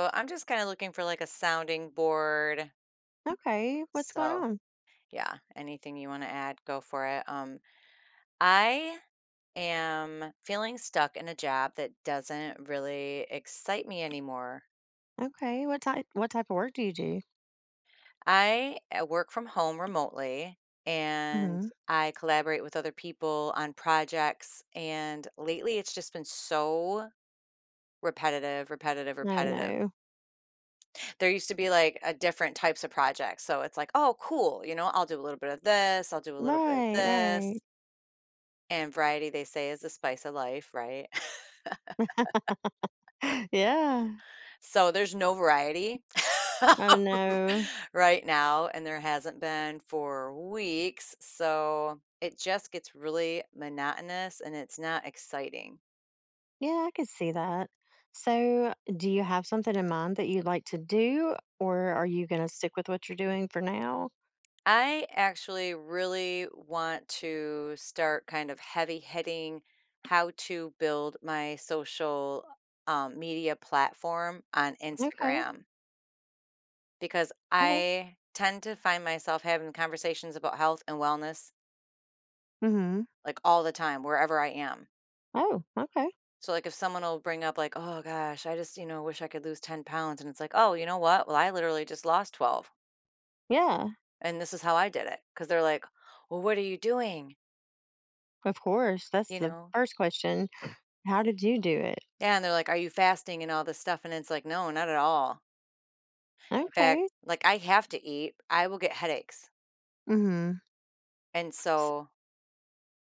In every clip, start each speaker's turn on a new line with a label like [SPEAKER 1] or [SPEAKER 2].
[SPEAKER 1] So I'm just kind of looking for like a sounding board.
[SPEAKER 2] Okay, what's going
[SPEAKER 1] So
[SPEAKER 2] on?
[SPEAKER 1] yeah, anything you want to add, go for it. I am feeling stuck in a job that doesn't really excite me anymore.
[SPEAKER 2] Okay, what type of work do you do?
[SPEAKER 1] I work from home remotely and
[SPEAKER 2] Mhm.
[SPEAKER 1] I collaborate with other people on projects. And lately it's just been so repetitive, repetitive,
[SPEAKER 2] Oh,
[SPEAKER 1] repetitive.
[SPEAKER 2] no.
[SPEAKER 1] There used to be like a different types of projects. So it's like, oh, cool. You know, I'll do a little bit of this, I'll do a little bit of
[SPEAKER 2] Right, right.
[SPEAKER 1] this. And variety, they say, is the spice of life, right?
[SPEAKER 2] Yeah.
[SPEAKER 1] So there's no variety
[SPEAKER 2] Oh, no.
[SPEAKER 1] right now. And there hasn't been for weeks. So it just gets really monotonous and it's not exciting.
[SPEAKER 2] Yeah, I could see that. So, do you have something in mind that you'd like to do, or are you gonna stick with what you're doing for now?
[SPEAKER 1] I actually really want to start kind of heavy hitting how to build my social media platform on
[SPEAKER 2] Okay,
[SPEAKER 1] Instagram because
[SPEAKER 2] okay.
[SPEAKER 1] I tend to find myself having conversations about health and wellness
[SPEAKER 2] Mhm.
[SPEAKER 1] like all the time, wherever I am.
[SPEAKER 2] Oh, okay.
[SPEAKER 1] So, like, if someone will bring up, like, oh gosh, I just, you know, wish I could lose 10 pounds. And it's like, oh, you know what? Well, I literally just lost 12.
[SPEAKER 2] Yeah,
[SPEAKER 1] And this is how I did it. Cause they're like, well, what are you doing?
[SPEAKER 2] of course, that's
[SPEAKER 1] You
[SPEAKER 2] the
[SPEAKER 1] know,
[SPEAKER 2] first question. How did you do it?
[SPEAKER 1] yeah, and they're like, "Are you fasting?" and all this stuff, and it's like, "No, not at all." In
[SPEAKER 2] Okay.
[SPEAKER 1] fact, like, I have to eat, I will get headaches,
[SPEAKER 2] Mhm.
[SPEAKER 1] and
[SPEAKER 2] S
[SPEAKER 1] so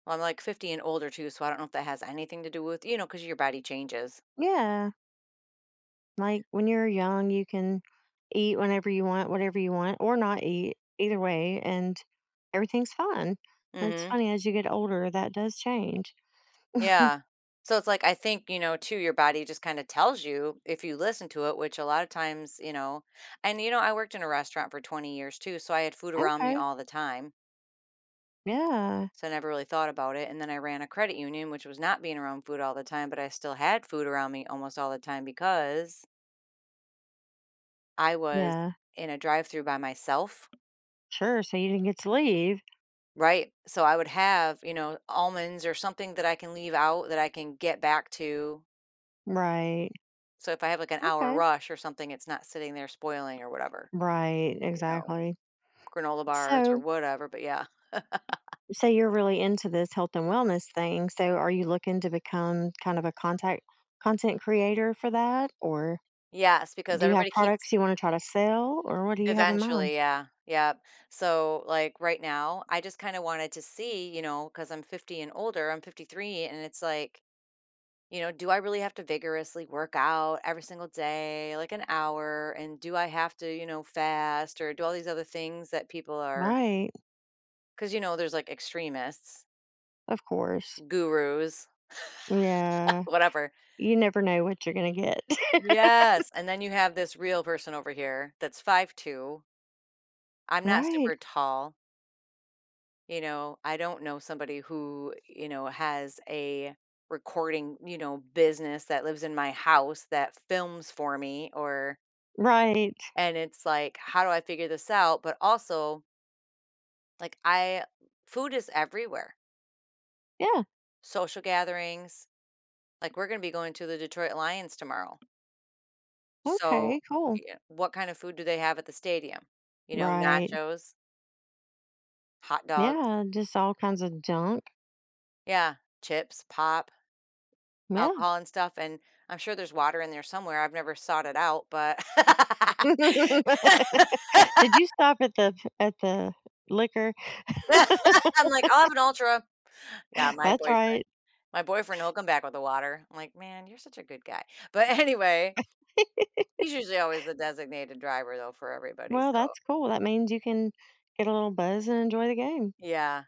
[SPEAKER 1] well, I'm, like, 50 and older too, so I don't know if that has anything to do with you know because your body changes.
[SPEAKER 2] Yeah. Like when you're young, you can eat whenever you want, whatever you want, or not eat, either way, and everything's fine. But it's
[SPEAKER 1] Mhm.
[SPEAKER 2] funny as you get older, that does change.
[SPEAKER 1] Yeah. So it's like, I think, you know, too, your body just kinda tells you if you listen to it, which a lot of times, you know and, you know, I worked in a restaurant for 20 years too, so I had food around me
[SPEAKER 2] Okay.
[SPEAKER 1] all the time.
[SPEAKER 2] Yeah.
[SPEAKER 1] So I never really thought about it. And then I ran a credit union, which was not being around food all the time, but I still had food around me almost all the time because I was
[SPEAKER 2] Yeah.
[SPEAKER 1] in a drive through by myself.
[SPEAKER 2] Sure. So you didn't get to leave.
[SPEAKER 1] Right. So I would have, you know, almonds or something that I can leave out that I can get back to.
[SPEAKER 2] Right.
[SPEAKER 1] So if I have like an hour
[SPEAKER 2] Okay.
[SPEAKER 1] rush or something, it's not sitting there spoiling or whatever,
[SPEAKER 2] Right.
[SPEAKER 1] you know,
[SPEAKER 2] Exactly.
[SPEAKER 1] granola bars or
[SPEAKER 2] So,
[SPEAKER 1] whatever. But yeah.
[SPEAKER 2] so, you're really into this health and wellness thing. So are you looking to become kind of a contact content creator for that? Or
[SPEAKER 1] Yes. Because
[SPEAKER 2] do you have
[SPEAKER 1] everybody keeps
[SPEAKER 2] products you want to try to sell? Or what do you have in mind?
[SPEAKER 1] eventually, yeah, yep. So, like, right now, I just kinda wanted to see, you know, because 'cause I'm 50 and older, I'm 53, and it's like, you know, do I really have to vigorously work out every single day, like, an hour, and do I have to, you know, fast or do all these other things that people are,
[SPEAKER 2] Right.
[SPEAKER 1] because you know, there's, like, extremists,
[SPEAKER 2] Of course.
[SPEAKER 1] gurus,
[SPEAKER 2] Yeah.
[SPEAKER 1] whatever.
[SPEAKER 2] You never know what you're gonna get.
[SPEAKER 1] Yes, and then you have this real person over here that's 5'2". I'm not
[SPEAKER 2] Right.
[SPEAKER 1] super tall. You know, I don't know somebody who, you know, has a recording, you know, business that lives in my house that films for me or
[SPEAKER 2] Right.
[SPEAKER 1] and it's like, how do I figure this out? But also, like I food is everywhere.
[SPEAKER 2] Yeah.
[SPEAKER 1] Social gatherings, like we're going to be going to the Detroit Lions tomorrow. So,
[SPEAKER 2] Okay, cool.
[SPEAKER 1] yeah, what kind of food do they have at the stadium? You know,
[SPEAKER 2] Right.
[SPEAKER 1] nachos, hot dogs,
[SPEAKER 2] Yeah, just all kinds of junk.
[SPEAKER 1] yeah, chips, pop,
[SPEAKER 2] Yeah.
[SPEAKER 1] alcohol and stuff, and I'm sure there's water in there somewhere, I've never sought it out, but
[SPEAKER 2] Did you stop at the liquor?
[SPEAKER 1] I'm like, "I'll have an Ultra." Yeah, my
[SPEAKER 2] That's
[SPEAKER 1] boyfriend
[SPEAKER 2] right.
[SPEAKER 1] my boyfriend, he'll come back with the water. I'm like, "Man, you're such a good guy." But anyway, he's usually always the designated driver though for everybody,
[SPEAKER 2] Well,
[SPEAKER 1] so
[SPEAKER 2] that's cool. That means you can get a little buzz and enjoy the game.
[SPEAKER 1] yeah,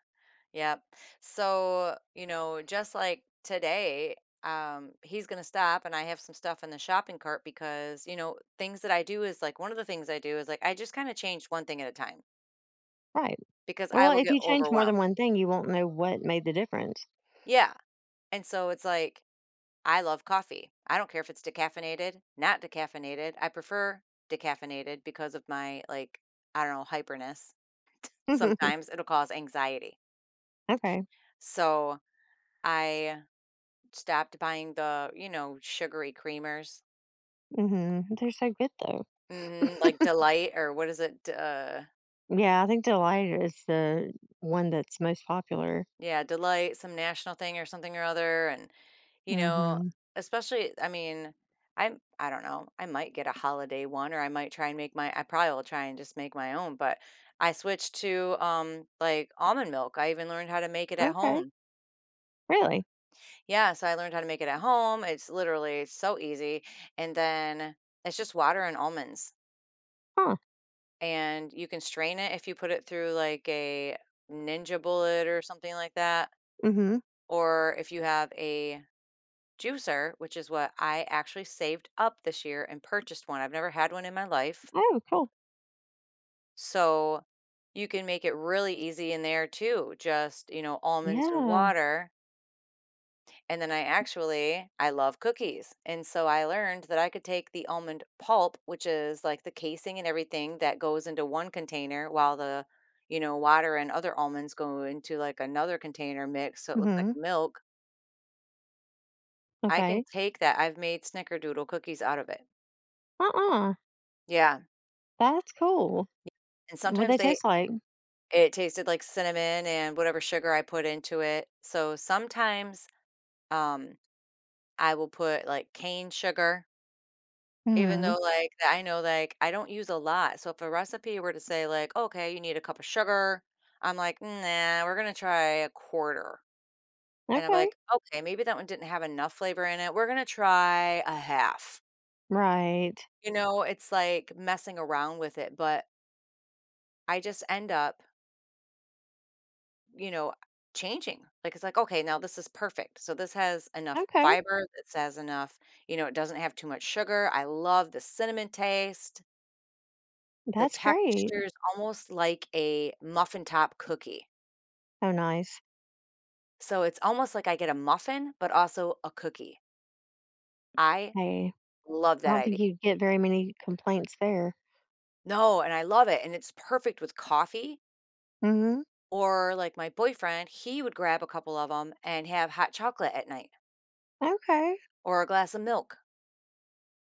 [SPEAKER 1] yep. So, you know, just like today, he's gonna stop and I have some stuff in the shopping cart because, you know, things that I do is like one of the things I do is like I just kinda change one thing at a time.
[SPEAKER 2] Right.
[SPEAKER 1] Because I
[SPEAKER 2] Well,
[SPEAKER 1] will
[SPEAKER 2] if
[SPEAKER 1] get
[SPEAKER 2] you change more
[SPEAKER 1] overwhelmed.
[SPEAKER 2] than one thing, you won't know what made the difference.
[SPEAKER 1] Yeah, and so it's like, I love coffee. I don't care if it's decaffeinated, not decaffeinated. I prefer decaffeinated because of my, like, I don't know, hyperness. Sometimes it'll cause anxiety.
[SPEAKER 2] Okay.
[SPEAKER 1] So I stopped buying the, you know, sugary creamers.
[SPEAKER 2] Mhm. They're so good though.
[SPEAKER 1] Mhm, like Delight or what is it? D
[SPEAKER 2] Yeah, I think Delight is the one that's most popular.
[SPEAKER 1] Yeah, Delight, some national thing or something or other, and, you know,
[SPEAKER 2] Mm-hmm.
[SPEAKER 1] especially I mean, I don't know, I might get a holiday one or I might try and make my I probably will try and just make my own, but I switched to, like, almond milk, I even learned how to make it at
[SPEAKER 2] Okay.
[SPEAKER 1] home.
[SPEAKER 2] Really?
[SPEAKER 1] Yeah, so I learned how to make it at home, it's literally so easy, and then it's just water and almonds,
[SPEAKER 2] Huh.
[SPEAKER 1] and you can strain it if you put it through, like, a Ninja Bullet or something like that,
[SPEAKER 2] Mm-hmm.
[SPEAKER 1] or if you have a juicer, which is what I actually saved up this year and purchased one. I've never had one in my life.
[SPEAKER 2] Oh, cool.
[SPEAKER 1] So you can make it really easy in there too. Just, you know, almonds and
[SPEAKER 2] Yeah.
[SPEAKER 1] water. And then I actually, I love cookies. And so I learned that I could take the almond pulp, which is like the casing and everything that goes into one container while the, you know, water and other almonds go into like another container mix. So it looks like
[SPEAKER 2] Mm-hmm.
[SPEAKER 1] milk. I can
[SPEAKER 2] Okay.
[SPEAKER 1] take that. I've made snickerdoodle cookies out of it.
[SPEAKER 2] Uh-uh.
[SPEAKER 1] Yeah.
[SPEAKER 2] That's cool.
[SPEAKER 1] Yeah. And
[SPEAKER 2] What
[SPEAKER 1] sometimes
[SPEAKER 2] they
[SPEAKER 1] they
[SPEAKER 2] taste like.
[SPEAKER 1] it tasted like cinnamon and whatever sugar I put into it. So sometimes, um, I will put, like, cane sugar, even
[SPEAKER 2] Mm-hmm.
[SPEAKER 1] though, like, that I know, like, I don't use a lot. So if a recipe were to say, like, "Okay, you need a cup of sugar," I'm like, "Nah, we're gonna try a quarter." And I'm
[SPEAKER 2] Okay.
[SPEAKER 1] like, "Okay, maybe that one didn't have enough flavor in it. We're gonna try a half."
[SPEAKER 2] Right.
[SPEAKER 1] You know, it's like messing around with it, but I just end up you know, changing. Like it's like, okay, now this is perfect. So this has enough
[SPEAKER 2] Okay.
[SPEAKER 1] fiber, this has enough, you know, it doesn't have too much sugar. I love the cinnamon taste. The
[SPEAKER 2] That's great.
[SPEAKER 1] texture is almost like a muffin top cookie.
[SPEAKER 2] Oh, nice.
[SPEAKER 1] So it's almost like I get a muffin, but also a cookie. I
[SPEAKER 2] Hey,
[SPEAKER 1] love
[SPEAKER 2] I
[SPEAKER 1] that
[SPEAKER 2] don't
[SPEAKER 1] idea.
[SPEAKER 2] think you'd get very many complaints there.
[SPEAKER 1] No, and I love it. And it's perfect with coffee
[SPEAKER 2] Mm-hmm.
[SPEAKER 1] or like my boyfriend, he would grab a couple of them and have hot chocolate at night
[SPEAKER 2] Okay.
[SPEAKER 1] or a glass of milk.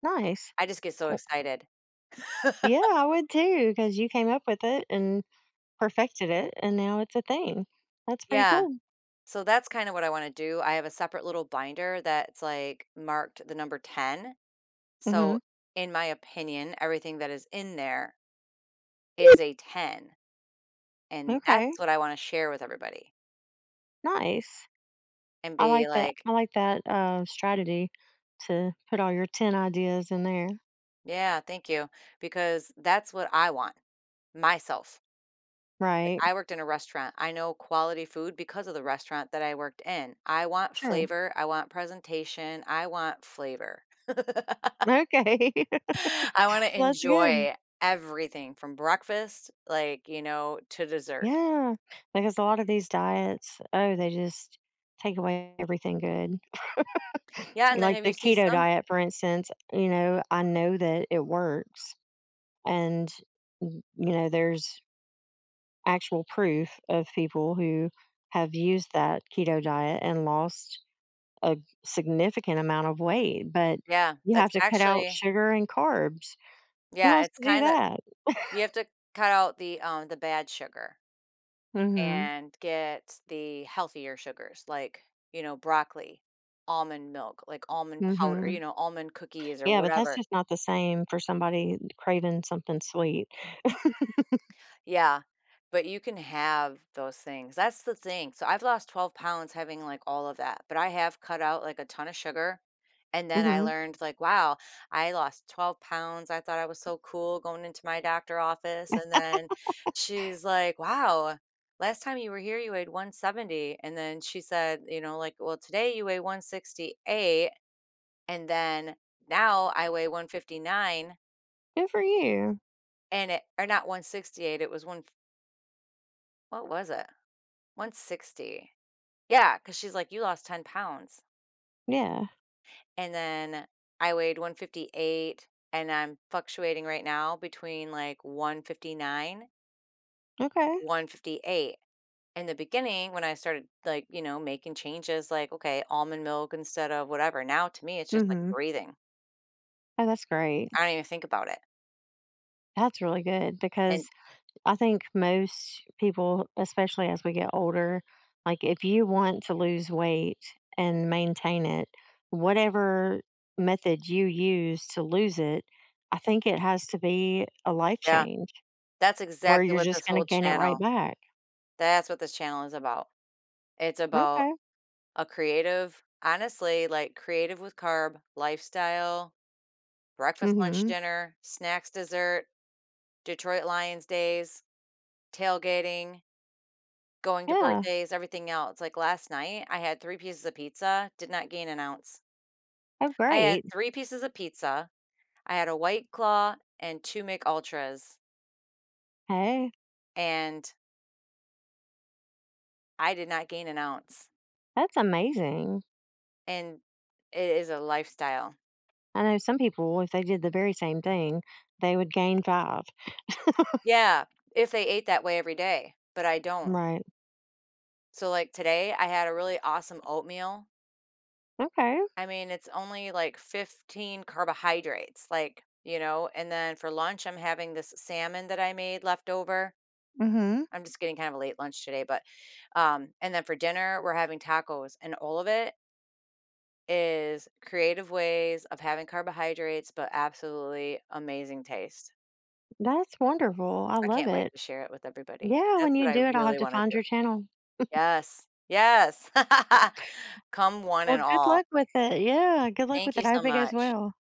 [SPEAKER 2] Nice.
[SPEAKER 1] I just get so
[SPEAKER 2] Uh,
[SPEAKER 1] excited.
[SPEAKER 2] Yeah, I would too, because you came up with it and perfected it, and now it's a thing. That's pretty
[SPEAKER 1] Yeah.
[SPEAKER 2] cool.
[SPEAKER 1] So that's kind of what I want to do. I have a separate little binder that's like marked the number 10.
[SPEAKER 2] Mm-hmm.
[SPEAKER 1] So, in my opinion, everything that is in there is a 10. And
[SPEAKER 2] Okay.
[SPEAKER 1] that's what I want to share with everybody
[SPEAKER 2] Nice.
[SPEAKER 1] and
[SPEAKER 2] I
[SPEAKER 1] be
[SPEAKER 2] like that.
[SPEAKER 1] like,
[SPEAKER 2] I like that strategy to put all your 10 ideas in there.
[SPEAKER 1] yeah, thank you. Because that's what I want myself. Like,
[SPEAKER 2] Right.
[SPEAKER 1] I worked in a restaurant. I know quality food because of the restaurant that I worked in. I want
[SPEAKER 2] Sure.
[SPEAKER 1] flavor. I want presentation. I want flavor.
[SPEAKER 2] Okay.
[SPEAKER 1] I wanna
[SPEAKER 2] Well, that's good.
[SPEAKER 1] enjoy everything from breakfast, like, you know, to dessert.
[SPEAKER 2] Yeah. Because a lot of these diets, oh, they just take away everything good.
[SPEAKER 1] Yeah, and then
[SPEAKER 2] Like
[SPEAKER 1] if you
[SPEAKER 2] the
[SPEAKER 1] see
[SPEAKER 2] keto
[SPEAKER 1] some
[SPEAKER 2] diet, for instance, you know, I know that it works. And, you know, there's actual proof of people who have used that keto diet and lost a significant amount of weight, but
[SPEAKER 1] yeah,
[SPEAKER 2] you
[SPEAKER 1] that's
[SPEAKER 2] have to cut out
[SPEAKER 1] actually
[SPEAKER 2] sugar and carbs. Who
[SPEAKER 1] yeah,
[SPEAKER 2] wants
[SPEAKER 1] it's
[SPEAKER 2] to do
[SPEAKER 1] kinda
[SPEAKER 2] that?
[SPEAKER 1] you have to cut out the bad sugar
[SPEAKER 2] Mhm,
[SPEAKER 1] and get the healthier sugars, like, you know, broccoli, almond milk, like almond powder, you
[SPEAKER 2] mhm.
[SPEAKER 1] know, almond cookies or
[SPEAKER 2] Yeah, but that's
[SPEAKER 1] whatever.
[SPEAKER 2] just not the same for somebody craving something sweet.
[SPEAKER 1] Yeah, but you can have those things. That's the thing. So I've lost 12 pounds having like all of that, but I have cut out like a ton of sugar. And then I
[SPEAKER 2] Mhm.
[SPEAKER 1] learned, like, wow, I lost 12 pounds. I thought I was so cool going into my doctor office. And then she's like, wow, last time you were here, you weighed 170. And then she said, you know, like, well, today you weigh 168. And then now I weigh 159.
[SPEAKER 2] Good for you.
[SPEAKER 1] And it, or not 168, it was one, what was it? 160. Yeah, because she's like, "You lost 10 pounds."
[SPEAKER 2] Yeah.
[SPEAKER 1] And then I weighed 158, and I'm fluctuating right now between, like, 159,
[SPEAKER 2] Okay.
[SPEAKER 1] 158. In the beginning, when I started, like, you know, making changes, like, okay, almond milk instead of whatever, now to me, it's just like
[SPEAKER 2] Mhm.
[SPEAKER 1] breathing.
[SPEAKER 2] Oh, that's great.
[SPEAKER 1] I don't even think about it.
[SPEAKER 2] That's really good
[SPEAKER 1] And
[SPEAKER 2] because I think most people, especially as we get older, like if you want to lose weight and maintain it, whatever method you use to lose it, I think it has to be a life
[SPEAKER 1] yeah,
[SPEAKER 2] change
[SPEAKER 1] that's
[SPEAKER 2] where
[SPEAKER 1] exactly
[SPEAKER 2] you're
[SPEAKER 1] what
[SPEAKER 2] just
[SPEAKER 1] this
[SPEAKER 2] going to
[SPEAKER 1] whole
[SPEAKER 2] gain it right
[SPEAKER 1] channel
[SPEAKER 2] back.
[SPEAKER 1] that's what this channel is about. It's about
[SPEAKER 2] Okay.
[SPEAKER 1] a creative honestly, like, creative with carb, lifestyle breakfast, lunch,
[SPEAKER 2] Mhm.
[SPEAKER 1] dinner, snacks, dessert, Detroit Lions days, tailgating, going to
[SPEAKER 2] Yeah.
[SPEAKER 1] birthdays, everything else. Like last night, I had three pieces of pizza, did not gain an ounce.
[SPEAKER 2] Oh
[SPEAKER 1] I
[SPEAKER 2] great.
[SPEAKER 1] had three pieces of pizza, I had a White Claw and 2 Mick Ultras,
[SPEAKER 2] Hey,
[SPEAKER 1] and I did not gain an ounce.
[SPEAKER 2] that's amazing.
[SPEAKER 1] And it is a lifestyle.
[SPEAKER 2] I know some people if they did the very same thing, they would gain 5.
[SPEAKER 1] Yeah, if they ate that way every day, but I don't.
[SPEAKER 2] Right.
[SPEAKER 1] So, like today, I had a really awesome oatmeal
[SPEAKER 2] Okay.
[SPEAKER 1] I mean, it's only like 15 carbohydrates, like, you know, and then for lunch, I'm having this salmon that I made left over.
[SPEAKER 2] Mhm.
[SPEAKER 1] I'm just getting kind of a late lunch today, but, and then for dinner, we're having tacos, and all of it is creative ways of having carbohydrates, but absolutely amazing taste.
[SPEAKER 2] That's wonderful. I
[SPEAKER 1] I
[SPEAKER 2] love
[SPEAKER 1] can't wait
[SPEAKER 2] it.
[SPEAKER 1] to share it with everybody.
[SPEAKER 2] Yeah,
[SPEAKER 1] That's
[SPEAKER 2] when
[SPEAKER 1] what
[SPEAKER 2] you
[SPEAKER 1] I
[SPEAKER 2] do it, I'll have
[SPEAKER 1] really
[SPEAKER 2] to
[SPEAKER 1] want to
[SPEAKER 2] find
[SPEAKER 1] do.
[SPEAKER 2] your channel.
[SPEAKER 1] Yes. Yes. Come one
[SPEAKER 2] Well,
[SPEAKER 1] and
[SPEAKER 2] good
[SPEAKER 1] all.
[SPEAKER 2] luck with it. Yeah, good luck
[SPEAKER 1] Thank
[SPEAKER 2] with
[SPEAKER 1] you
[SPEAKER 2] it. I
[SPEAKER 1] so
[SPEAKER 2] hope it goes
[SPEAKER 1] much.
[SPEAKER 2] well.